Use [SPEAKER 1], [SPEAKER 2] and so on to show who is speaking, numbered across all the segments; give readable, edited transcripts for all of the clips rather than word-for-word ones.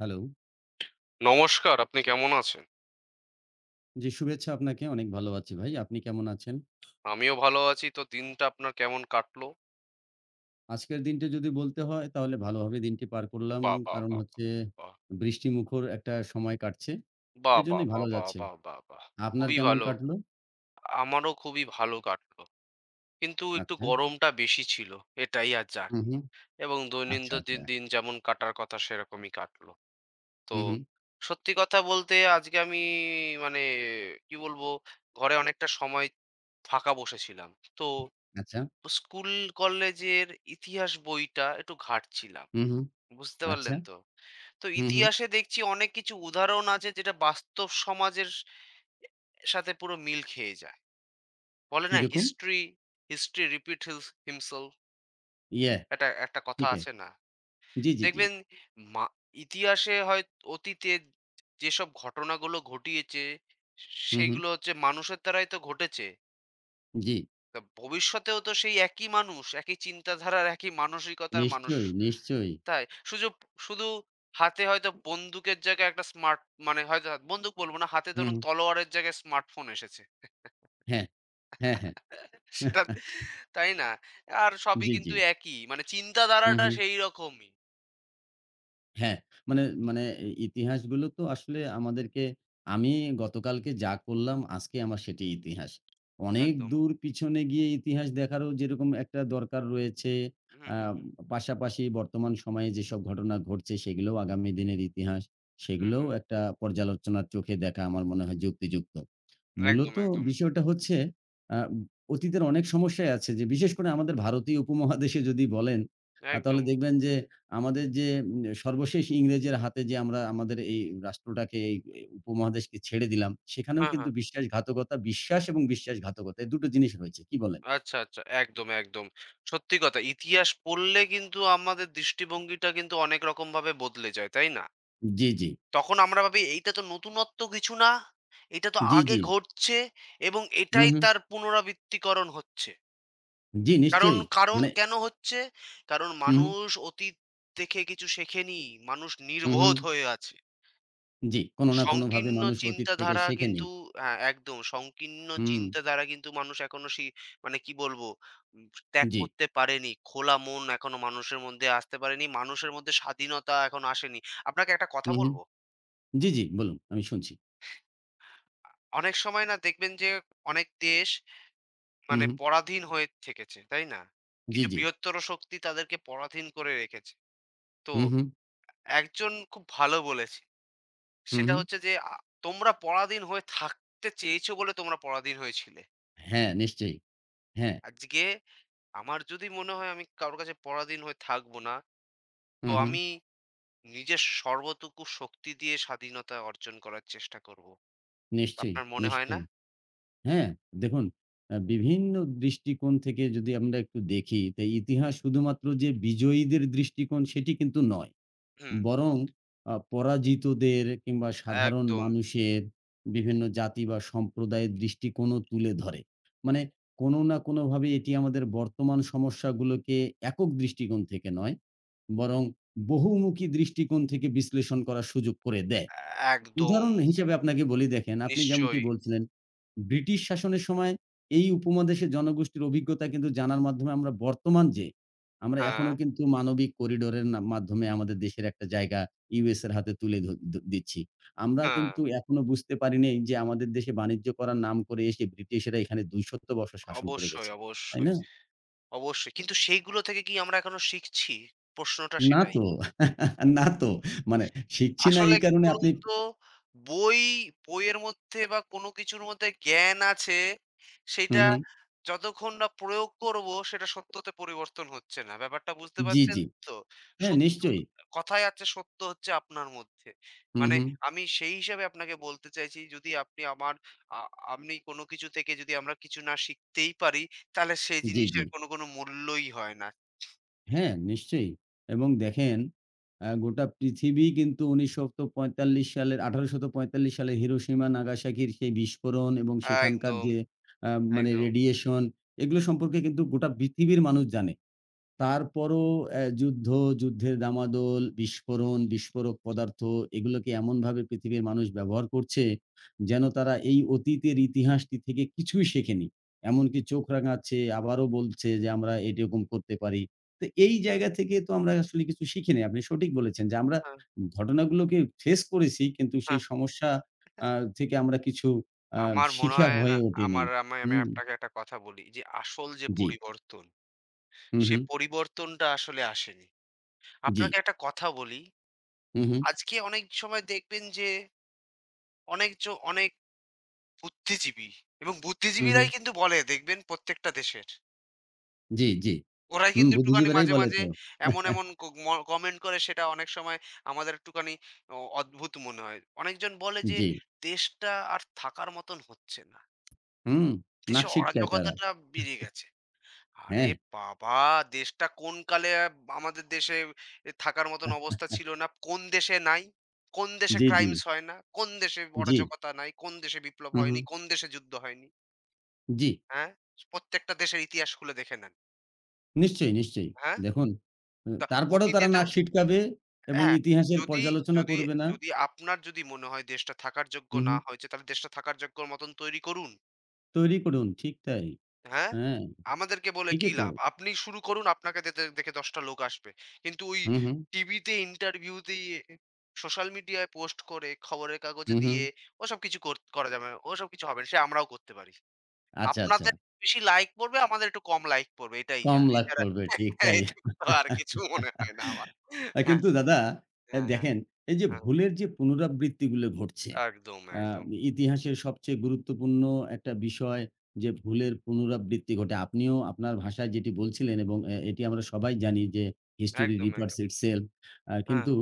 [SPEAKER 1] Hello.
[SPEAKER 2] নমস্কার, আপনি কেমন আছেন?
[SPEAKER 1] জি, শুভেচ্ছা আপনাকে। অনেক ভালো আছি ভাই। আপনি কেমন আছেন?
[SPEAKER 2] আমিও ভালো আছি। তো দিনটা আপনার কেমন কাটলো?
[SPEAKER 1] আজকের দিনটি যদি বলতে হয় তাহলে ভালোভাবে দিনটি পার করলাম।
[SPEAKER 2] বাহ! বাহ!
[SPEAKER 1] কারণ
[SPEAKER 2] বাহ! বাহ!
[SPEAKER 1] হচ্ছে বৃষ্টিমুখর একটা সময় কাটছে।
[SPEAKER 2] বাহ! বাহ!
[SPEAKER 1] এজন্যই
[SPEAKER 2] বাহ!
[SPEAKER 1] ভালো
[SPEAKER 2] বাহ!
[SPEAKER 1] যাচ্ছে।
[SPEAKER 2] বাহ! বাহ! বাহ!
[SPEAKER 1] আপনার
[SPEAKER 2] খুবই
[SPEAKER 1] কেমন
[SPEAKER 2] ভালো।
[SPEAKER 1] কাটলো?
[SPEAKER 2] আমারও খুবই ভালো কাটলো। কিন্তু একটু
[SPEAKER 1] আচ্ছা।
[SPEAKER 2] গরমটা বেশি ছিল। এটাই আর যাক।
[SPEAKER 1] হু, হু।
[SPEAKER 2] এবং
[SPEAKER 1] আচ্ছা, আচ্ছা।
[SPEAKER 2] দৈনন্দিন দিন যেমন কাটার কথা সেরকমই কাটলো। তো
[SPEAKER 1] হু, হু।
[SPEAKER 2] সত্যি কথা বলতে আজকে আমি মানে কি বলবো? ঘরে অনেকটা সময় ফাঁকা বসেছিলাম। তো
[SPEAKER 1] আচ্ছা।
[SPEAKER 2] স্কুল কলেজের ইতিহাস বইটা একটু ঘাঁটছিলাম।
[SPEAKER 1] হু, হু।
[SPEAKER 2] বুঝতে
[SPEAKER 1] আচ্ছা।
[SPEAKER 2] পারলেন তো? তো
[SPEAKER 1] হু, হু।
[SPEAKER 2] ইতিহাসে দেখছি অনেক কিছু উদাহরণ আছে যেটা বাস্তব সমাজের সাথে পুরো মিল খেয়ে যায়। বলে না
[SPEAKER 1] কিরকম?
[SPEAKER 2] History, history repeat hills himself
[SPEAKER 1] yeah!
[SPEAKER 2] একটা একটা কথা
[SPEAKER 1] ঠিক হ্যায়।
[SPEAKER 2] আছে না?
[SPEAKER 1] জি, জি, জি।
[SPEAKER 2] দেখবেন মা ইতিহাসে হয় অতীতে যেসব ঘটনাগুলো ঘটিয়েছে
[SPEAKER 1] হু, হু।
[SPEAKER 2] সেইগুলো হচ্ছে মানুষের দ্বারাই তো ঘটেছে।
[SPEAKER 1] জি।
[SPEAKER 2] তা ভবিষ্যতেও তো সেই একই মানুষ, একই চিন্তাধারার, একই মানসিকতার মানুষ
[SPEAKER 1] নিশ্চয়ই, নিশ্চয়ই।
[SPEAKER 2] তাই? সুযুপ শুধু হাতে হয়তো বন্দুকের জায়গায় একটা মানে হয়তো বন্দুক বলব না, হাতে
[SPEAKER 1] হু,
[SPEAKER 2] ধরুন
[SPEAKER 1] হু।
[SPEAKER 2] তলোয়ারের জায়গায় স্মার্টফোন এসেছে।
[SPEAKER 1] হ্যাঁ। হ্যাঁ, হ্যাঁ।
[SPEAKER 2] সেটা তাই না? আর সবই
[SPEAKER 1] জি, জি।
[SPEAKER 2] কিন্তু একই। মানে
[SPEAKER 1] হু,
[SPEAKER 2] চিন্তাধারাটা
[SPEAKER 1] হু।
[SPEAKER 2] সেই রকমই।
[SPEAKER 1] হ্যাঁ, মানে
[SPEAKER 2] হুম,
[SPEAKER 1] মানে এই ইতিহাসগুলো তো আসলে আমাদেরকে, আমি গতকালকে যা করলাম আজকে আমার সেটি ইতিহাস। অনেক
[SPEAKER 2] একদম।
[SPEAKER 1] দূর পিছনে গিয়ে ইতিহাস দেখারও যেরকম একটা দরকার রয়েছে,
[SPEAKER 2] হুম,
[SPEAKER 1] আ
[SPEAKER 2] হুম, হুম।
[SPEAKER 1] পাশাপাশি বর্তমান সময়ে যেসব ঘটনা ঘটছে সেগুলোও আগামী দিনের ইতিহাস।
[SPEAKER 2] হুম,
[SPEAKER 1] সেগুলোও
[SPEAKER 2] হুম।
[SPEAKER 1] একটা পর্যালোচনার চোখে দেখা আমার মনে হয় যুক্তিযুক্ত।
[SPEAKER 2] একদম,
[SPEAKER 1] মূলত
[SPEAKER 2] একদম।
[SPEAKER 1] বিষয়টা হচ্ছে আ অতীতের অনেক সমস্যাই আছে যে, বিশেষ করে আমাদের ভারতীয় উপমহাদেশে যদি বলেন,
[SPEAKER 2] একদম।
[SPEAKER 1] তাহলে দেখবেন যে আমাদের যে সর্বশেষ ইংরেজের হাতে যে আমরা আমাদের এই রাষ্ট্রটাকে এই এই উপমহাদেশকে ছেড়ে দিলাম, সেখানেও
[SPEAKER 2] হ্যাঁ,
[SPEAKER 1] কিন্তু
[SPEAKER 2] হ্যাঁ।
[SPEAKER 1] বিশ্বাসঘাতকতা, বিশ্বাস এবং বিশ্বাসঘাতকতা এই ২ টো জিনিস রয়েছে। কি বলেন?
[SPEAKER 2] আচ্ছা, আচ্ছা। একদম, একদম। সত্যি কথা ইতিহাস পড়লে কিন্তু আমাদের দৃষ্টিভঙ্গিটা কিন্তু অনেক রকমভাবে বদলে যায়। তাই না?
[SPEAKER 1] জি, জি।
[SPEAKER 2] তখন আমরা ভাবি এইটা তো নতুনত্ব কিছু না। এটা তো
[SPEAKER 1] জি,
[SPEAKER 2] আগে
[SPEAKER 1] জি।
[SPEAKER 2] ঘটছে এবং
[SPEAKER 1] হু,
[SPEAKER 2] এটাই
[SPEAKER 1] হু।
[SPEAKER 2] তার পুনরাবৃত্তিকরণ হচ্ছে।
[SPEAKER 1] জি,
[SPEAKER 2] কারণ,
[SPEAKER 1] নিশ্চয়ই।
[SPEAKER 2] কারণ
[SPEAKER 1] মানে
[SPEAKER 2] কেন হচ্ছে? কারণ
[SPEAKER 1] হু, হু,
[SPEAKER 2] মানুষ অতীত দেখে কিছু শেখেনি। মানুষ
[SPEAKER 1] হু, হু।
[SPEAKER 2] নির্বোধ হয়ে আছে।
[SPEAKER 1] জি, কোন না কোনভাবে
[SPEAKER 2] সংকীর্ণ
[SPEAKER 1] মানুষ অতীত থেকে
[SPEAKER 2] চিন্তাধারা
[SPEAKER 1] শেখেনি।
[SPEAKER 2] কিন্তু হ্যাঁ, একদম সংকীর্ণ
[SPEAKER 1] হুম,
[SPEAKER 2] চিন্তাধারা কিন্তু মানুষ এখনো মানে কি বলবো উম ত্যাগ
[SPEAKER 1] জি।
[SPEAKER 2] করতে পারেনি। খোলা মন এখনো মানুষের মধ্যে আসতে পারেনি। মানুষের মধ্যে স্বাধীনতা এখনো আসেনি। আপনাকে একটা কথা
[SPEAKER 1] হু, হু।
[SPEAKER 2] বলব?
[SPEAKER 1] জি, জি, বলুন। আমি শুনছি।
[SPEAKER 2] আ অনেক সময় না দেখবেন যে অনেক দেশ
[SPEAKER 1] হু,
[SPEAKER 2] মানে
[SPEAKER 1] হু।
[SPEAKER 2] পরাধীন হয়ে থেকেছে, তাই না?
[SPEAKER 1] জি,
[SPEAKER 2] কিছু
[SPEAKER 1] জি।
[SPEAKER 2] বৃহত্তর শক্তি তাদেরকে পরাধীন করে রেখেছে। তো
[SPEAKER 1] হু, হু,
[SPEAKER 2] একজন খুব ভালো বলেছে।
[SPEAKER 1] হু,
[SPEAKER 2] সেটা
[SPEAKER 1] হু।
[SPEAKER 2] হচ্ছে যে তোমরা পরাধীন হয়ে থাকতে চেয়েছো বলে তোমরা পরাধীন হয়েছিলে।
[SPEAKER 1] হ্যাঁ, নিশ্চয়ই। হ্যাঁ।
[SPEAKER 2] আজকে আমার যদি মনে হয় আমি কারো কাছে পরাধীন হয়ে থাকবো না,
[SPEAKER 1] হু,
[SPEAKER 2] তো
[SPEAKER 1] হু।
[SPEAKER 2] আমি নিজের সর্বটুকু শক্তি দিয়ে স্বাধীনতা অর্জন করার চেষ্টা করবো।
[SPEAKER 1] নিশ্চয়ই,
[SPEAKER 2] আপনার মনে হয় না?
[SPEAKER 1] নিশ্চয়ই। হ্যাঁ, দেখুন, বিভিন্ন দৃষ্টিকোণ থেকে যদি আমরা একটু দেখি, তো ইতিহাস শুধুমাত্র যে বিজয়ীদের দৃষ্টিকোণ সেটি কিন্তু নয়।
[SPEAKER 2] হুম,
[SPEAKER 1] বরং পরাজিতদের কিংবা সাধারণ
[SPEAKER 2] একদম,
[SPEAKER 1] মানুষের বিভিন্ন জাতি বা সম্প্রদায়ের দৃষ্টিকোণও তুলে ধরে। মানে কোনো না কোনোভাবে এটি আমাদের বর্তমান সমস্যাগুলোকে একক দৃষ্টিকোণ থেকে নয়, বরং বহুমুখী দৃষ্টিকোণ থেকে বিশ্লেষণ করার সুযোগ করে দেয়।
[SPEAKER 2] একদম
[SPEAKER 1] উদাহরণ হিসেবে আপনাকে বলি, দেখেন, আপনি যেমনটি
[SPEAKER 2] নিশ্চয়ই।
[SPEAKER 1] বলছিলেন, ব্রিটিশ শাসনের সময় এই উপমহাদেশের জনগোষ্ঠীর অভিজ্ঞতা কিন্তু জানার মাধ্যমে আমরা বর্তমান যে, আমরা
[SPEAKER 2] হ্যাঁ।
[SPEAKER 1] এখনো কিন্তু মানবিক করিডোরের না মাধ্যমে আমাদের দেশের একটা জায়গা ইউএস এর হাতে তুলে ধ দ দিচ্ছি। আমরা
[SPEAKER 2] হ্যাঁ,
[SPEAKER 1] কিন্তু এখনো বুঝতে পারি নাই যে আমাদের দেশে বাণিজ্য করার নাম করে এসে ব্রিটিশরা এখানে ২০০ বছর শাসন করে
[SPEAKER 2] অবশ্যই,
[SPEAKER 1] গেছে। তাই
[SPEAKER 2] অবশ্যই,
[SPEAKER 1] না?
[SPEAKER 2] অবশ্যই। কিন্তু সেইগুলো থেকে কি আমরা এখনো শিখছি? প্রশ্নটা
[SPEAKER 1] না
[SPEAKER 2] সেটাই।
[SPEAKER 1] তো, না তো। মানে শিখছি না,
[SPEAKER 2] আসলে
[SPEAKER 1] এই
[SPEAKER 2] কি
[SPEAKER 1] কারণে
[SPEAKER 2] বলুন
[SPEAKER 1] আপনি
[SPEAKER 2] তো, বই বইয়ের মধ্যে বা কোনো কিছুর মধ্যে জ্ঞান আছে, সেইটা
[SPEAKER 1] হুম, হুম।
[SPEAKER 2] যতক্ষণ না প্রয়োগ করব সেটা সত্যতে পরিবর্তন হচ্ছে না। ব্যাপারটা বুঝতে
[SPEAKER 1] জি,
[SPEAKER 2] পারছেন
[SPEAKER 1] জি।
[SPEAKER 2] তো?
[SPEAKER 1] হ্যাঁ,
[SPEAKER 2] সত্য
[SPEAKER 1] নিশ্চয়ই।
[SPEAKER 2] কথায় আছে সত্য হচ্ছে আপনার মধ্যে।
[SPEAKER 1] হুম,
[SPEAKER 2] মানে
[SPEAKER 1] হুম।
[SPEAKER 2] আমি সেই হিসাবে আপনাকে বলতে চাইছি যদি আপনি আমার আ আপনি কোনো কিছু থেকে যদি আমরা কিছু না শিখতেই পারি, তাহলে সেই
[SPEAKER 1] জি, জি।
[SPEAKER 2] জিনিসের কোনো মূল্যই হয় না।
[SPEAKER 1] হ্যাঁ, নিশ্চয়ই। এবং দেখেন, গোটা পৃথিবী কিন্তু ১৯৪৫ সালের ১৮৪৫ সালে হিরোশিমা নাগাসাকির সেই বিস্ফোরণ এবং সেখানকার
[SPEAKER 2] একদম,
[SPEAKER 1] যে আ মানে
[SPEAKER 2] একদম।
[SPEAKER 1] রেডিয়েশন, এগুলো সম্পর্কে কিন্তু গোটা পৃথিবীর মানুষ জানে। তারপরও যুদ্ধ, যুদ্ধের ডামাডোল, বিস্ফোরণ, বিস্ফোরক পদার্থ এগুলোকে এমনভাবে পৃথিবীর মানুষ ব্যবহার করছে, যেন তারা এই অতীতের ইতিহাসটি থেকে কিছুই শেখেনি। এমনকি চোখ রাঙাচ্ছে, আবারও বলছে যে আমরা এরকম করতে পারি। তো এই জায়গা থেকে তো আমরা আসলে কিছু শিখিনি। আপনি সঠিক বলেছেন যে আমরা
[SPEAKER 2] হ্যাঁ,
[SPEAKER 1] ঘটনাগুলোকে ফেস করেছি, কিন্তু
[SPEAKER 2] হ্যাঁ।
[SPEAKER 1] সেই সমস্যা আ থেকে আমরা কিছু আ
[SPEAKER 2] আমার মনে
[SPEAKER 1] শিখা
[SPEAKER 2] হয় না
[SPEAKER 1] হয়ে ওঠেনি।
[SPEAKER 2] আমার আমি আমি
[SPEAKER 1] হুম,
[SPEAKER 2] আপনাকে একটা কথা বলি যে আসল যে
[SPEAKER 1] জি।
[SPEAKER 2] পরিবর্তন
[SPEAKER 1] হু,
[SPEAKER 2] সে
[SPEAKER 1] হু।
[SPEAKER 2] পরিবর্তনটা আসলে আসেনি।
[SPEAKER 1] জি।
[SPEAKER 2] আপনাকে একটা কথা বলি,
[SPEAKER 1] হু, হু।
[SPEAKER 2] আজকে অনেক সময় দেখবেন যে অনেক বুদ্ধিজীবী এবং
[SPEAKER 1] হু, হু।
[SPEAKER 2] বুদ্ধিজীবীরাই কিন্তু বলে দেখবেন প্রত্যেকটা দেশের।
[SPEAKER 1] জি, জি।
[SPEAKER 2] ওরাই
[SPEAKER 1] হুম,
[SPEAKER 2] কিন্তু একটুখানি
[SPEAKER 1] বুদ্ধিজীবীরাই
[SPEAKER 2] মাঝে,
[SPEAKER 1] বলে
[SPEAKER 2] মাঝে
[SPEAKER 1] তো।
[SPEAKER 2] এমন, এমন ক ম কমেন্ট করে সেটা অনেক সময় আমাদের একটুখানি অদ্ভুত মনে হয়। অনেকজন বলে যে
[SPEAKER 1] জি।
[SPEAKER 2] দেশটা আর থাকার মতন হচ্ছে না।
[SPEAKER 1] হুম,
[SPEAKER 2] দেশে
[SPEAKER 1] নাক সিটকায় তারা।
[SPEAKER 2] অরাজকতাটা বেড়ে গেছে। আরে
[SPEAKER 1] হ্যাঁ।
[SPEAKER 2] বাবা! দেশটা কোন কালে আমাদের দেশে থাকার মতন অবস্থা ছিল না। কোন দেশে নাই? কোন দেশে
[SPEAKER 1] জি, জি,
[SPEAKER 2] ক্রাইমস হয় না? কোন দেশে
[SPEAKER 1] জি।
[SPEAKER 2] অরাজকতা নাই? কোন দেশে বিপ্লব
[SPEAKER 1] হু, হু।
[SPEAKER 2] হয়নি? কোন দেশে যুদ্ধ হয়নি?
[SPEAKER 1] জি,
[SPEAKER 2] হ্যাঁ? প্রত্যেকটা দেশের ইতিহাস খুলে দেখে নেন।
[SPEAKER 1] নিশ্চয়ই, নিশ্চয়ই।
[SPEAKER 2] হ্যাঁ?
[SPEAKER 1] দেখুন,
[SPEAKER 2] তা
[SPEAKER 1] তারপরেও
[SPEAKER 2] অতীতে
[SPEAKER 1] তারা
[SPEAKER 2] তো
[SPEAKER 1] নাক সিটকাবে এবং
[SPEAKER 2] হ্যাঁ,
[SPEAKER 1] ইতিহাসের
[SPEAKER 2] যদি
[SPEAKER 1] পর্যালোচনা
[SPEAKER 2] যদি
[SPEAKER 1] করবে না।
[SPEAKER 2] যদি আপনার যদি মনে হয় দেশটা থাকার যোগ্য
[SPEAKER 1] হু, হু।
[SPEAKER 2] না হয়েছে, তাহলে দেশটা থাকার যোগ্যর মতন তৈরি করুন।
[SPEAKER 1] তৈরি করুন। ঠিক তাই।
[SPEAKER 2] হ্যাঁ?
[SPEAKER 1] হ্যাঁ,
[SPEAKER 2] আমাদেরকে বলে কি
[SPEAKER 1] ঠিকই তো।
[SPEAKER 2] লাভ? আপনি শুরু করুন, আপনাকে দেতে দেখে ১০ টা লোক আসবে। কিন্তু ওই
[SPEAKER 1] হু, হু,
[SPEAKER 2] টিভিতে ইন্টারভিউতে সোশ্যাল মিডিয়ায় পোস্ট করে, খবরের কাগজে
[SPEAKER 1] হু, হু।
[SPEAKER 2] দিয়ে ওসব কিছু করা যাবে না। ওসব কিছু হবে না। সে আমরাও করতে পারি।
[SPEAKER 1] আচ্ছা, আচ্ছা।
[SPEAKER 2] আপনাদের বেশি লাইক পড়বে, আমাদের একটু কম লাইক পড়বে। এটাই যা।
[SPEAKER 1] কম লাভ
[SPEAKER 2] এছাড়া
[SPEAKER 1] পড়বে। ঠিক তাই।
[SPEAKER 2] এছাড়া তো আর কিছু মনে হয় না আমার। হ্যাঁ,
[SPEAKER 1] কিন্তু দাদা,
[SPEAKER 2] হ্যাঁ, হ্যাঁ,
[SPEAKER 1] দেখেন, এই যে
[SPEAKER 2] হ্যাঁ।
[SPEAKER 1] ভুলের যে পুনরাবৃত্তিগুলো ঘটছে,
[SPEAKER 2] একদম,
[SPEAKER 1] আ
[SPEAKER 2] একদম।
[SPEAKER 1] ইতিহাসের সবচেয়ে গুরুত্বপূর্ণ একটা বিষয় যে ভুলের পুনরাবৃত্তি ঘটে। আপনিও আপনার ভাষায় যেটি বলছিলেন, এবং এটি আমরা সবাই জানি যে history
[SPEAKER 2] একদম,
[SPEAKER 1] repeats
[SPEAKER 2] একদম।
[SPEAKER 1] itself।
[SPEAKER 2] হ্যাঁ,
[SPEAKER 1] কিন্তু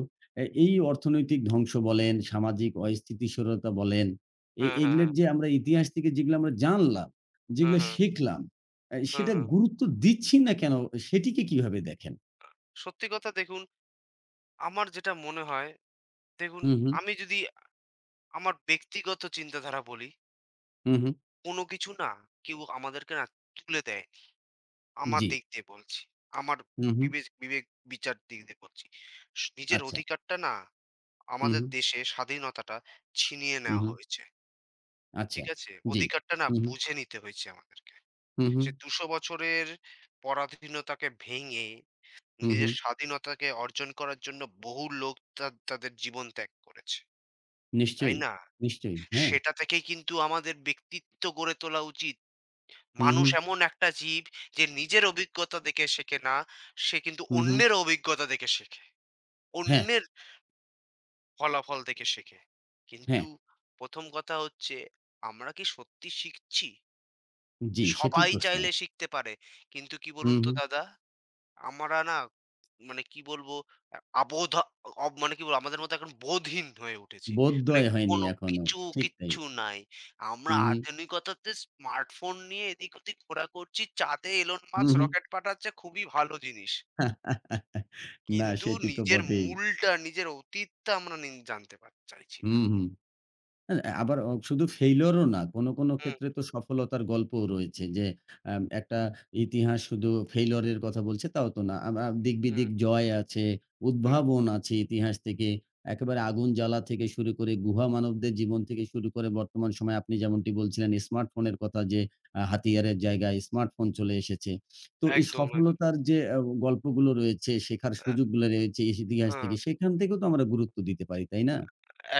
[SPEAKER 1] এই অর্থনৈতিক ধ্বংস বলেন, সামাজিক অস্থিতিশীলতা বলেন,
[SPEAKER 2] হ্যাঁ, হ্যাঁ, হ্যাঁ।
[SPEAKER 1] এগুলোর যে আমরা ইতিহাস থেকে যেগুলো আমরা জানলাম,
[SPEAKER 2] হ্যাঁ, হ্যাঁ,
[SPEAKER 1] যেগুলো
[SPEAKER 2] হ্যাঁ, হ্যাঁ।
[SPEAKER 1] শিখলাম,
[SPEAKER 2] হ্যাঁ,
[SPEAKER 1] সেটা
[SPEAKER 2] হ্যাঁ,
[SPEAKER 1] গুরুত্ব দিচ্ছি না কেন, সেটিকে কিভাবে দেখেন?
[SPEAKER 2] সত্যি কথা দেখুন, আমার যেটা মনে হয় দেখুন,
[SPEAKER 1] হু, হু,
[SPEAKER 2] আমি যদি আমার ব্যক্তিগত চিন্তাধারা বলি,
[SPEAKER 1] হু, হু।
[SPEAKER 2] কোনো কিছু না কেউ আমাদেরকে না তুলে দেয়নি। আমার
[SPEAKER 1] জি।
[SPEAKER 2] দিক দিয়ে বলছি। আমার
[SPEAKER 1] হু, হু।
[SPEAKER 2] বিবেক বিচার দিক দিয়ে বলছি। নিজের
[SPEAKER 1] আচ্ছা।
[SPEAKER 2] অধিকারটা না
[SPEAKER 1] হু,
[SPEAKER 2] আমাদের
[SPEAKER 1] হু,
[SPEAKER 2] দেশে স্বাধীনতাটা ছিনিয়ে
[SPEAKER 1] হু,
[SPEAKER 2] নেওয়া
[SPEAKER 1] হু।
[SPEAKER 2] হয়েছে।
[SPEAKER 1] আচ্ছা।
[SPEAKER 2] ঠিক আছে?
[SPEAKER 1] জি।
[SPEAKER 2] অধিকারটা না
[SPEAKER 1] হু, হু,
[SPEAKER 2] বুঝে নিতে হয়েছে আমাদেরকে।
[SPEAKER 1] হু, হু,
[SPEAKER 2] সে ২০০ বছরের পরাধীনতাকে ভেঙে
[SPEAKER 1] হু, হু।
[SPEAKER 2] নিজের স্বাধীনতাকে অর্জন করার জন্য বহু লোক তাদের জীবন ত্যাগ করেছে। তাই
[SPEAKER 1] নিশ্চয়ই,
[SPEAKER 2] না?
[SPEAKER 1] নিশ্চয়ই। হ্যাঁ।
[SPEAKER 2] সেটা থেকেই কিন্তু আমাদের ব্যক্তিত্ব গড়ে তোলা উচিত।
[SPEAKER 1] হু, হু,
[SPEAKER 2] মানুষ এমন একটা জীব যে নিজের অভিজ্ঞতা দেখে শেখে না, সে কিন্তু
[SPEAKER 1] হু, হু।
[SPEAKER 2] অন্যের অভিজ্ঞতা দেখে শেখে।
[SPEAKER 1] হ্যাঁ,
[SPEAKER 2] অন্যের ফলাফল দেখে শেখে।
[SPEAKER 1] হ্যাঁ।
[SPEAKER 2] কিন্তু ১ম কথা হচ্ছে আমরা কি সত্যি শিখছি?
[SPEAKER 1] জি, সেটিই
[SPEAKER 2] সবাই
[SPEAKER 1] প্রশ্ন।
[SPEAKER 2] চাইলে শিখতে পারে। কিন্তু কি
[SPEAKER 1] হু,
[SPEAKER 2] বলুন তো
[SPEAKER 1] হু।
[SPEAKER 2] দাদা? আমরা না মানে কি বলবো? আ আবোধা অব মানে কি বলবো? আমাদের মতো এখন বোধহীন হয়ে উঠেছি। মানে
[SPEAKER 1] বোধোদয় হয়নি
[SPEAKER 2] কোনো
[SPEAKER 1] এখনো।
[SPEAKER 2] কিছু,
[SPEAKER 1] ঠিক তাই।
[SPEAKER 2] কিচ্ছু নাই।
[SPEAKER 1] হু,
[SPEAKER 2] আমরা
[SPEAKER 1] হু,
[SPEAKER 2] আধুনিকতাতে স্মার্টফোন নিয়ে এদিক ওদিক ঘোরা করছি। চাঁদে Elon
[SPEAKER 1] হু,
[SPEAKER 2] Musk
[SPEAKER 1] হু।
[SPEAKER 2] রকেট পাঠাচ্ছে খুবই ভালো জিনিস।
[SPEAKER 1] না
[SPEAKER 2] কিন্তু
[SPEAKER 1] সেটি তো
[SPEAKER 2] নিজের
[SPEAKER 1] বটেই।
[SPEAKER 2] মূলটা, নিজের অতীতটা আমরা জানতে চাইছি
[SPEAKER 1] হু,
[SPEAKER 2] না।
[SPEAKER 1] হু। না, না, আবার শুধু ফেইলিউর ও না। কোনো, কোনো
[SPEAKER 2] হুম,
[SPEAKER 1] ক্ষেত্রে তো সফলতার গল্পও রয়েছে যে একটা
[SPEAKER 2] হুম,
[SPEAKER 1] ইতিহাস শুধু ফেইলিউর এর কথা বলছে তাও তো না।
[SPEAKER 2] হুম,
[SPEAKER 1] দিক-বিদিক জয় আছে,
[SPEAKER 2] হুম,
[SPEAKER 1] উদ্ভাবন আছে ইতিহাস থেকে। একেবারে আগুন জ্বালা থেকে শুরু করে গুহা মানবদের জীবন থেকে শুরু করে বর্তমান সময়ে আপনি যেমনটি বলছিলেন স্মার্টফোনের কথা যে
[SPEAKER 2] হুম।
[SPEAKER 1] হাতিয়ারের জায়গায় স্মার্টফোন চলে এসেছে। তো এই
[SPEAKER 2] একদম, একদম।
[SPEAKER 1] সফলতার যে গল্পগুলো রয়েছে, শেখার
[SPEAKER 2] আ
[SPEAKER 1] সুযোগগুলো রয়েছে এই ইতিহাস
[SPEAKER 2] হ্যাঁ,
[SPEAKER 1] থেকে, সেখান থেকেও তো আমরা গুরুত্ব দিতে পারি, তাই না?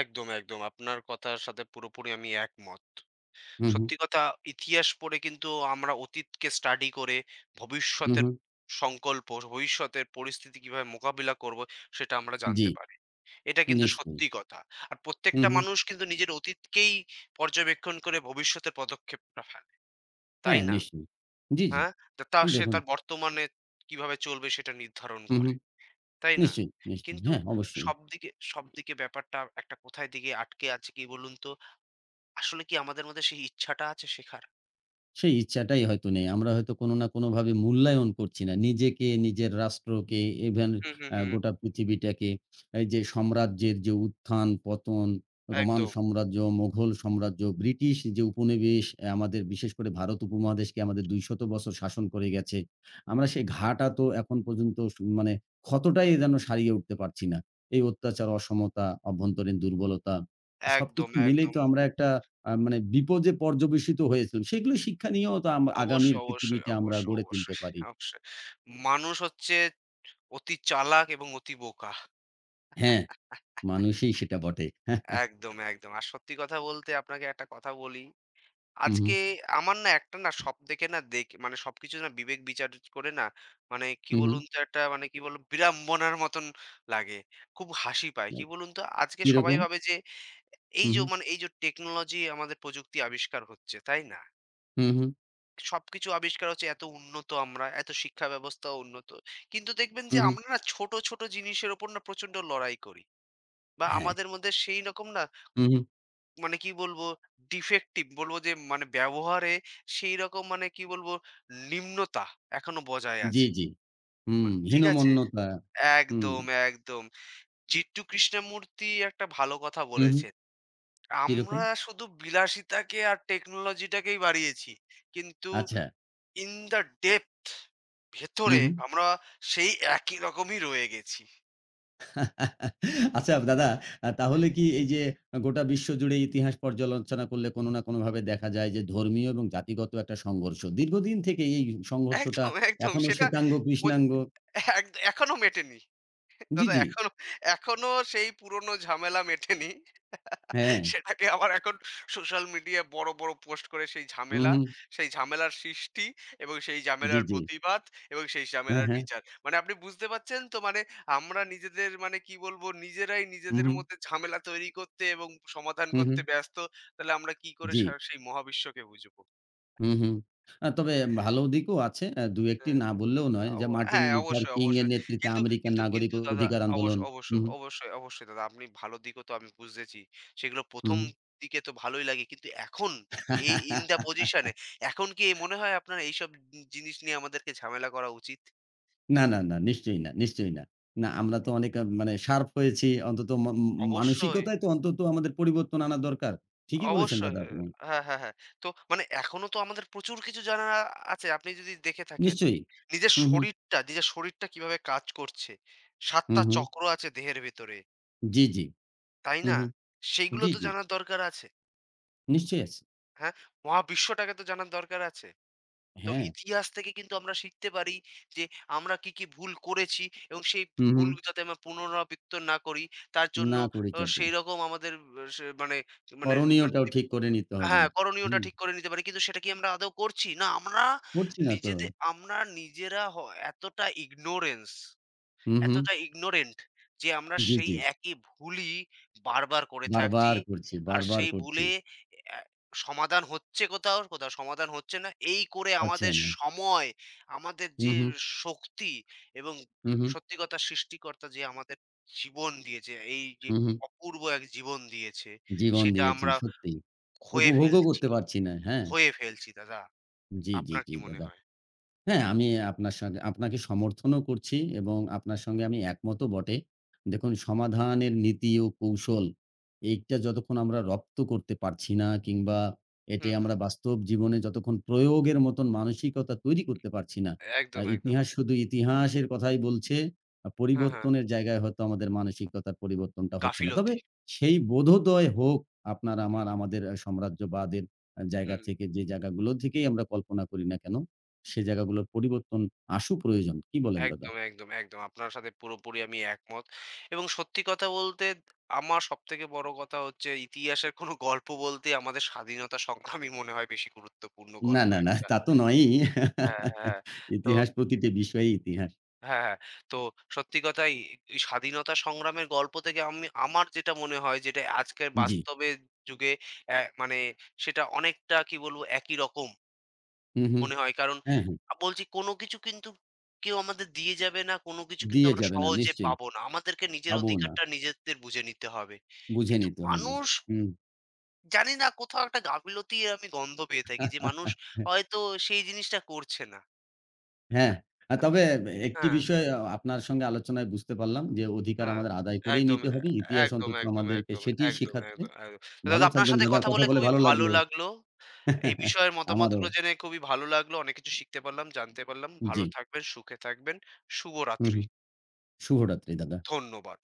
[SPEAKER 2] একদম, একদম। আপনার কথার সাথে পুরোপুরি আমি একমত।
[SPEAKER 1] হু, হু,
[SPEAKER 2] সত্যি কথা ইতিহাস পড়ে কিন্তু আমরা অতীতকে স্টাডি করে
[SPEAKER 1] হু,
[SPEAKER 2] ভবিষ্যতের
[SPEAKER 1] হু।
[SPEAKER 2] সংকল্প, ভবিষ্যতের পরিস্থিতি কিভাবে মোকাবিলা করব সেটা আমরা
[SPEAKER 1] জি।
[SPEAKER 2] জানতে পারি। এটা কিন্তু
[SPEAKER 1] নিশ্চয়ই।
[SPEAKER 2] সত্যি কথা। আর
[SPEAKER 1] হু,
[SPEAKER 2] প্রত্যেকটা
[SPEAKER 1] হু।
[SPEAKER 2] মানুষ কিন্তু নিজের অতীতকেই পর্যবেক্ষণ করে ভবিষ্যতের পদক্ষেপটা ফেলে। তাই
[SPEAKER 1] হ্যাঁ,
[SPEAKER 2] না?
[SPEAKER 1] নিশ্চয়ই। জি, জি।
[SPEAKER 2] হ্যাঁ? তা তা সে
[SPEAKER 1] দেখুন,
[SPEAKER 2] তার বর্তমানে কিভাবে চলবে সেটা নির্ধারণ
[SPEAKER 1] হু, হু।
[SPEAKER 2] করে। তাই না?
[SPEAKER 1] নিশ্চয়ই, নিশ্চয়ই।
[SPEAKER 2] কিন্তু
[SPEAKER 1] হ্যাঁ, অবশ্যই।
[SPEAKER 2] সবদিকে সবদিকে ব্যাপারটা একটা কোথায় দিকে আটকে আছে কি বলুন তো? আসলে কি আমাদের মধ্যে সেই ইচ্ছাটা আছে শেখার?
[SPEAKER 1] সেই ইচ্ছাটাই হয়তো নেই। আমরা হয়তো কোনো না কোনোভাবে মূল্যায়ন করছি না। নিজেকে, নিজের রাষ্ট্রকে, ইভেন
[SPEAKER 2] হুম, হুম, হুম।
[SPEAKER 1] গোটা পৃথিবীটাকে। এই যে সাম্রাজ্যের যে উত্থান, পতন, রোমান
[SPEAKER 2] একদম।
[SPEAKER 1] সাম্রাজ্য, মোঘল সাম্রাজ্য, ব্রিটিশ যে উপনিবেশ, আমাদের বিশেষ করে ভারত উপমহাদেশকে আমাদের ২০০ বছর শাসন করে গেছে। আমরা সেই ঘাটা তো এখন পর্যন্ত মানে ক্ষতটাই যেন সারিয়ে উঠতে পারছি না। এই অত্যাচার, অসমতা, অভ্যন্তরীণ দুর্বলতা
[SPEAKER 2] একদম,
[SPEAKER 1] সবকিছু মিলেই
[SPEAKER 2] একদম।
[SPEAKER 1] তো আমরা একটা মানে বিপদে পর্যবসিত হয়েছিলাম। সেগুলো শিক্ষা নিয়েও তো আগামীর
[SPEAKER 2] অবশ্যই, অবশ্যই,
[SPEAKER 1] পৃথিবীটা আমরা
[SPEAKER 2] অবশ্যই,
[SPEAKER 1] গড়ে তুলতে
[SPEAKER 2] অবশ্যই,
[SPEAKER 1] পারি।
[SPEAKER 2] অবশ্যই। মানুষ হচ্ছে অতি চালাক এবং অতি বোকা।
[SPEAKER 1] হ্যাঁ, মানুষই সেটা বটে।
[SPEAKER 2] একদম, একদম। আর সত্যি কথা বলতে আপনাকে একটা কথা বলি।
[SPEAKER 1] হু, হু,
[SPEAKER 2] আজকে আমার না একটা না সব দেখে না দেখ মানে সবকিছু না বিবেক বিচার করে না মানে কি
[SPEAKER 1] হু, হু।
[SPEAKER 2] বলুন তো একটা মানে কি বলব বিড়ম্বনার মতন লাগে। খুব হাসি পায়। কি বলুন তো আজকে সবাই
[SPEAKER 1] কিরকম?
[SPEAKER 2] ভাবে যে
[SPEAKER 1] হু, হু,
[SPEAKER 2] এই যে টেকনোলজি আমাদের প্রযুক্তি আবিষ্কার হচ্ছে, তাই না?
[SPEAKER 1] হু, হু,
[SPEAKER 2] সবকিছু আবিষ্কার হচ্ছে এত উন্নত আমরা, এত শিক্ষা ব্যবস্থা উন্নত। কিন্তু দেখবেন
[SPEAKER 1] হু,
[SPEAKER 2] যে
[SPEAKER 1] হু।
[SPEAKER 2] আমরা না ছোট, ছোট জিনিসের উপর না প্রচন্ড লড়াই করি। বা
[SPEAKER 1] হ্যাঁ,
[SPEAKER 2] আমাদের মধ্যে সেই রকম না
[SPEAKER 1] হু, হু।
[SPEAKER 2] মানে কি বলবো ডিফেক্টিভ বলবো যে মানে ব্যবহারে সেই রকম মানে কি বলবো নিম্নতা এখনো বজায়
[SPEAKER 1] জি,
[SPEAKER 2] আছে।
[SPEAKER 1] জি। হুম,
[SPEAKER 2] ঠিক আছে?
[SPEAKER 1] হীনমন্যতা। হুম,
[SPEAKER 2] একদম, একদম। জিট্টু কৃষ্ণমূর্তি একটা ভালো কথা
[SPEAKER 1] হু, হু।
[SPEAKER 2] বলেছেন।
[SPEAKER 1] কিরকম?
[SPEAKER 2] আমরা শুধু বিলাসিতাকে আর টেকনোলজিটাকেই বাড়িয়েছি। কিন্তু
[SPEAKER 1] আচ্ছা।
[SPEAKER 2] ইন দ্যা ডেপথ
[SPEAKER 1] হু,
[SPEAKER 2] ভেতরে
[SPEAKER 1] হু।
[SPEAKER 2] আমরা সেই একই রকমই রয়ে গেছি।
[SPEAKER 1] আচ্ছা দাদা,
[SPEAKER 2] হ্যাঁ।
[SPEAKER 1] তাহলে কি এই যে গোটা বিশ্ব জুড়ে ইতিহাস পর্যালোচনা করলে কোনো না কোনোভাবে দেখা যায় যে ধর্মীয় এবং জাতিগত একটা সংঘর্ষ। দীর্ঘদিন থেকে এই সংঘর্ষটা
[SPEAKER 2] একদম, একদম
[SPEAKER 1] এখনো
[SPEAKER 2] সেটা
[SPEAKER 1] শ্বেতাঙ্গ
[SPEAKER 2] বোঝ
[SPEAKER 1] কৃষ্ণাঙ্গ
[SPEAKER 2] এখনো মেটেনি।
[SPEAKER 1] জি,
[SPEAKER 2] দাদা
[SPEAKER 1] জি।
[SPEAKER 2] এখনো এখনো সেই পুরনো ঝামেলা মেটেনি।
[SPEAKER 1] হ্যাঁ।
[SPEAKER 2] সেটাকে আবার এখন সোশ্যাল মিডিয়ায় বড়, বড় পোস্ট করে সেই
[SPEAKER 1] হু,
[SPEAKER 2] ঝামেলা,
[SPEAKER 1] হু।
[SPEAKER 2] সেই ঝামেলার সৃষ্টি এবং সেই
[SPEAKER 1] জি,
[SPEAKER 2] ঝামেলার
[SPEAKER 1] জি।
[SPEAKER 2] প্রতিবাদ এবং সেই
[SPEAKER 1] হ্যাঁ,
[SPEAKER 2] ঝামেলার
[SPEAKER 1] হ্যাঁ।
[SPEAKER 2] বিচার। মানে আপনি বুঝতে পারছেন তো মানে আমরা নিজেদের মানে কি বলবো নিজেরাই
[SPEAKER 1] হু,
[SPEAKER 2] নিজেদের
[SPEAKER 1] হু।
[SPEAKER 2] মধ্যে ঝামেলা তৈরি করতে এবং সমাধান
[SPEAKER 1] হু, হু।
[SPEAKER 2] করতে ব্যস্ত। তাহলে আমরা কি করে
[SPEAKER 1] জি।
[SPEAKER 2] সেই মহাবিশ্বকে বুঝবো?
[SPEAKER 1] হু, হু। তবে ভালো দিকও আছে। ২-১ টি
[SPEAKER 2] হ্যাঁ,
[SPEAKER 1] না বললেও নয়
[SPEAKER 2] অব
[SPEAKER 1] যে মার্টিন
[SPEAKER 2] হ্যাঁ,
[SPEAKER 1] লুথার
[SPEAKER 2] অবশ্যই,
[SPEAKER 1] কিং এর
[SPEAKER 2] অবশ্যই।
[SPEAKER 1] নেতৃত্বে
[SPEAKER 2] কিন্তু
[SPEAKER 1] আমেরিকান
[SPEAKER 2] কিন্তু
[SPEAKER 1] নাগরিক
[SPEAKER 2] কিন্তু দাদা
[SPEAKER 1] অধিকার আন্দোলন। হু,
[SPEAKER 2] অবশ্যই,
[SPEAKER 1] হু।
[SPEAKER 2] অবশ্যই, অবশ্যই দাদা আপনি ভালো দিকও তো আমি বুঝেছি। সেগুলো
[SPEAKER 1] হু,
[SPEAKER 2] ১ম
[SPEAKER 1] হু।
[SPEAKER 2] দিকে তো ভালোই লাগে। কিন্তু এখন এই in the position এ এখন কি মনে হয় আপনার এইসব জিনিস নিয়ে আমাদেরকে ঝামেলা করা উচিত?
[SPEAKER 1] না, না, না। নিশ্চয়ই না, নিশ্চয়ই না। না, আমরা তো অনেক মানে শার্প হয়েছি। অন্তত ম ম
[SPEAKER 2] অবশ্যই,
[SPEAKER 1] মানসিকতায় তো অন্তত আমাদের পরিবর্তন আনা দরকার। ঠিকই বলেছেন
[SPEAKER 2] অবশ্যই।
[SPEAKER 1] দাদা আপনি।
[SPEAKER 2] হ্যাঁ, হ্যাঁ, হ্যাঁ। তো মানে এখনো তো আমাদের প্রচুর কিছু জানা আছে আপনি যদি দেখে থাকেন।
[SPEAKER 1] নিশ্চয়ই। হু, হু,
[SPEAKER 2] নিজের শরীরটা কিভাবে কাজ করছে। ৭
[SPEAKER 1] হু,
[SPEAKER 2] টা
[SPEAKER 1] হু।
[SPEAKER 2] চক্র আছে দেহের ভেতরে।
[SPEAKER 1] জি, জি।
[SPEAKER 2] তাই
[SPEAKER 1] হু,
[SPEAKER 2] না?
[SPEAKER 1] হু।
[SPEAKER 2] সেইগুলো
[SPEAKER 1] জি,
[SPEAKER 2] তো
[SPEAKER 1] জি।
[SPEAKER 2] জানার দরকার আছে।
[SPEAKER 1] নিশ্চয়ই আছে।
[SPEAKER 2] হ্যাঁ? মহাবিশ্বটাকে তো জানার দরকার আছে। তো
[SPEAKER 1] হ্যাঁ।
[SPEAKER 2] ইতিহাস থেকে কিন্তু আমরা শিখতে পারি যে আমরা কি, কি ভুল করেছি এবং সেই
[SPEAKER 1] হু, হু।
[SPEAKER 2] ভুল যাতে আমরা পুনরাবৃত্ত না করি তার জন্য
[SPEAKER 1] না করি
[SPEAKER 2] ও
[SPEAKER 1] যাতে।
[SPEAKER 2] সেইরকম আমাদের অ সে মানে মানে মানে
[SPEAKER 1] করণীয়টাও ঠিক করে নিতে হবে।
[SPEAKER 2] হ্যাঁ, করণীয়টা
[SPEAKER 1] হুম।
[SPEAKER 2] ঠিক করে নিতে পারি। কিন্তু সেটা কি আমরা আদৌ করছি? না আমরা
[SPEAKER 1] করছি না তো।
[SPEAKER 2] নিজেদের আমরা নিজেরা এতটা ignorance
[SPEAKER 1] হু, হু।
[SPEAKER 2] এতটা ইগনোরেন্ট যে আমরা
[SPEAKER 1] জি,
[SPEAKER 2] সেই
[SPEAKER 1] জি।
[SPEAKER 2] একই ভুলই বারবার করে থাকছি।
[SPEAKER 1] বারবার করছি,
[SPEAKER 2] আর
[SPEAKER 1] বারবার
[SPEAKER 2] সেই
[SPEAKER 1] করছি।
[SPEAKER 2] ভুলে অ্যা সমাধান হচ্ছে কোথাও সমাধান হচ্ছে না। এই করে
[SPEAKER 1] হচ্ছে
[SPEAKER 2] আমাদের
[SPEAKER 1] না।
[SPEAKER 2] সময়, আমাদের
[SPEAKER 1] হু,
[SPEAKER 2] যে
[SPEAKER 1] হু,
[SPEAKER 2] শক্তি এবং
[SPEAKER 1] হু, হু,
[SPEAKER 2] সত্যি কথা সৃষ্টিকর্তা যে আমাদের জীবন দিয়েছে, এই যে
[SPEAKER 1] হু, হু।
[SPEAKER 2] অপূর্ব এক জীবন দিয়েছে,
[SPEAKER 1] জীবন
[SPEAKER 2] সেটা
[SPEAKER 1] দিয়েছেন
[SPEAKER 2] আমরা
[SPEAKER 1] সত্যি।
[SPEAKER 2] খোয়ে
[SPEAKER 1] উপভোগও
[SPEAKER 2] ফেলছি,
[SPEAKER 1] করতে পারছি না। হ্যাঁ।
[SPEAKER 2] খোয়ে ফেলছি দাদা।
[SPEAKER 1] জি, জি,
[SPEAKER 2] আপনার
[SPEAKER 1] জি
[SPEAKER 2] কি মনে
[SPEAKER 1] দাদা।
[SPEAKER 2] হয়?
[SPEAKER 1] হ্যাঁ, আমি আপনার সঙ্গে, আপনাকে সমর্থনও করছি এবং আপনার সঙ্গে আমি একমতও বটে। দেখুন, সমাধানের নীতি ও কৌশল এইটা যতক্ষণ আমরা রপ্ত করতে পারছি না, কিংবা এটি
[SPEAKER 2] হুম, হুম।
[SPEAKER 1] আমরা বাস্তব জীবনে যতক্ষণ প্রয়োগের মতন মানসিকতা তৈরি করতে পারছি না,
[SPEAKER 2] একদম, একদম।
[SPEAKER 1] ইতিহাস শুধু ইতিহাসের কথাই বলছে।
[SPEAKER 2] হ্যাঁ, হ্যাঁ।
[SPEAKER 1] পরিবর্তনের জায়গায় হয়তো আমাদের মানসিকতার পরিবর্তনটা হচ্ছে না। তবে
[SPEAKER 2] গাফিলতি।
[SPEAKER 1] সেই বোধোদয় হোক আপনার,
[SPEAKER 2] হুম,
[SPEAKER 1] আমার, আমাদের, সাম্রাজ্যবাদের জায়গা
[SPEAKER 2] হুম।
[SPEAKER 1] থেকে, যে জায়গাগুলো থেকেই আমরা কল্পনা করি না কেন। সে জায়গাগুলোর পরিবর্তন প্রয়োজন। কি বলেন দাদা?
[SPEAKER 2] একদম, একদম, একদম। আপনার সাথে পুরোপুরি আমি একমত। এবং সত্যি কথা বলতে আমার সবথেকে বড় কথা হচ্ছে ইতিহাসের কোনো গল্প বলতে আমাদের স্বাধীনতা সংগ্রামই মনে হয় বেশি গুরুত্বপূর্ণ
[SPEAKER 1] না,
[SPEAKER 2] গল্প
[SPEAKER 1] না, না
[SPEAKER 2] একটা।
[SPEAKER 1] তা তো নয়ই।
[SPEAKER 2] হ্যাঁ, হ্যাঁ। হ্যাঁ। তো
[SPEAKER 1] ইতিহাস প্রতিটি বিষয়েই ইতিহাস।
[SPEAKER 2] হ্যাঁ, হ্যাঁ। তো সত্যি কথা এই এই স্বাধীনতা সংগ্রামের গল্প থেকে আমি আমার যেটা মনে হয় যেটা আজকের
[SPEAKER 1] জি।
[SPEAKER 2] বাস্তবের যুগে মানে সেটা অনেকটা কি বলব একই রকম।
[SPEAKER 1] হু, হু।
[SPEAKER 2] মনে হয়। কারণ
[SPEAKER 1] হ্যাঁ, হ্যাঁ।
[SPEAKER 2] বলছি কোনো কিছু কিন্তু কেউ আমাদের দিয়ে যাবে না। কোনো কিছু কিন্তু
[SPEAKER 1] দিয়ে
[SPEAKER 2] আমরা
[SPEAKER 1] যাবে না
[SPEAKER 2] সহজে
[SPEAKER 1] নিশ্চয়ই।
[SPEAKER 2] পাবো না। আমাদেরকে নিজের
[SPEAKER 1] পাবও না।
[SPEAKER 2] অধিকারটা নিজেদের বুঝে নিতে হবে।
[SPEAKER 1] বুঝে
[SPEAKER 2] কিন্তু
[SPEAKER 1] নিতে হবে।
[SPEAKER 2] মানুষ
[SPEAKER 1] হুম।
[SPEAKER 2] জানি না কোথাও একটা গাফিলতির আমি গন্ধ পেয়ে থাকি যে মানুষ হয়তো সেই জিনিসটা করছে না।
[SPEAKER 1] হ্যাঁ। তবে একটি
[SPEAKER 2] হ্যাঁ,
[SPEAKER 1] বিষয় আপনার সঙ্গে আলোচনায় বুঝতে পারলাম যে অধিকার
[SPEAKER 2] হ্যাঁ।
[SPEAKER 1] আমাদের আদায় করেই
[SPEAKER 2] একদম,
[SPEAKER 1] নিতে
[SPEAKER 2] এ
[SPEAKER 1] হবে। ইতিহাস
[SPEAKER 2] একদম,
[SPEAKER 1] অন্তত
[SPEAKER 2] একদম,
[SPEAKER 1] আমাদেরকে
[SPEAKER 2] একদম,
[SPEAKER 1] সেটিই
[SPEAKER 2] একদম,
[SPEAKER 1] শিখাচ্ছে।
[SPEAKER 2] একদম, একদম। তো
[SPEAKER 1] ভালো
[SPEAKER 2] দাদা আপনার
[SPEAKER 1] থাকবেন
[SPEAKER 2] সাথে
[SPEAKER 1] দাদা।
[SPEAKER 2] কথা
[SPEAKER 1] কথা
[SPEAKER 2] বলে
[SPEAKER 1] বলে
[SPEAKER 2] খুবই
[SPEAKER 1] ভালো
[SPEAKER 2] ভালো
[SPEAKER 1] লাগলো।
[SPEAKER 2] লাগলো। এই বিষয়ের
[SPEAKER 1] আমারও।
[SPEAKER 2] মতামতগুলো জেনে খুবই ভালো লাগলো। অনেক কিছু শিখতে পারলাম, জানতে পারলাম।
[SPEAKER 1] জি।
[SPEAKER 2] ভালো থাকবেন, সুখে থাকবেন।
[SPEAKER 1] হু, হু।
[SPEAKER 2] শুভরাত্রি।
[SPEAKER 1] শুভরাত্রি দাদা।
[SPEAKER 2] ধন্যবাদ।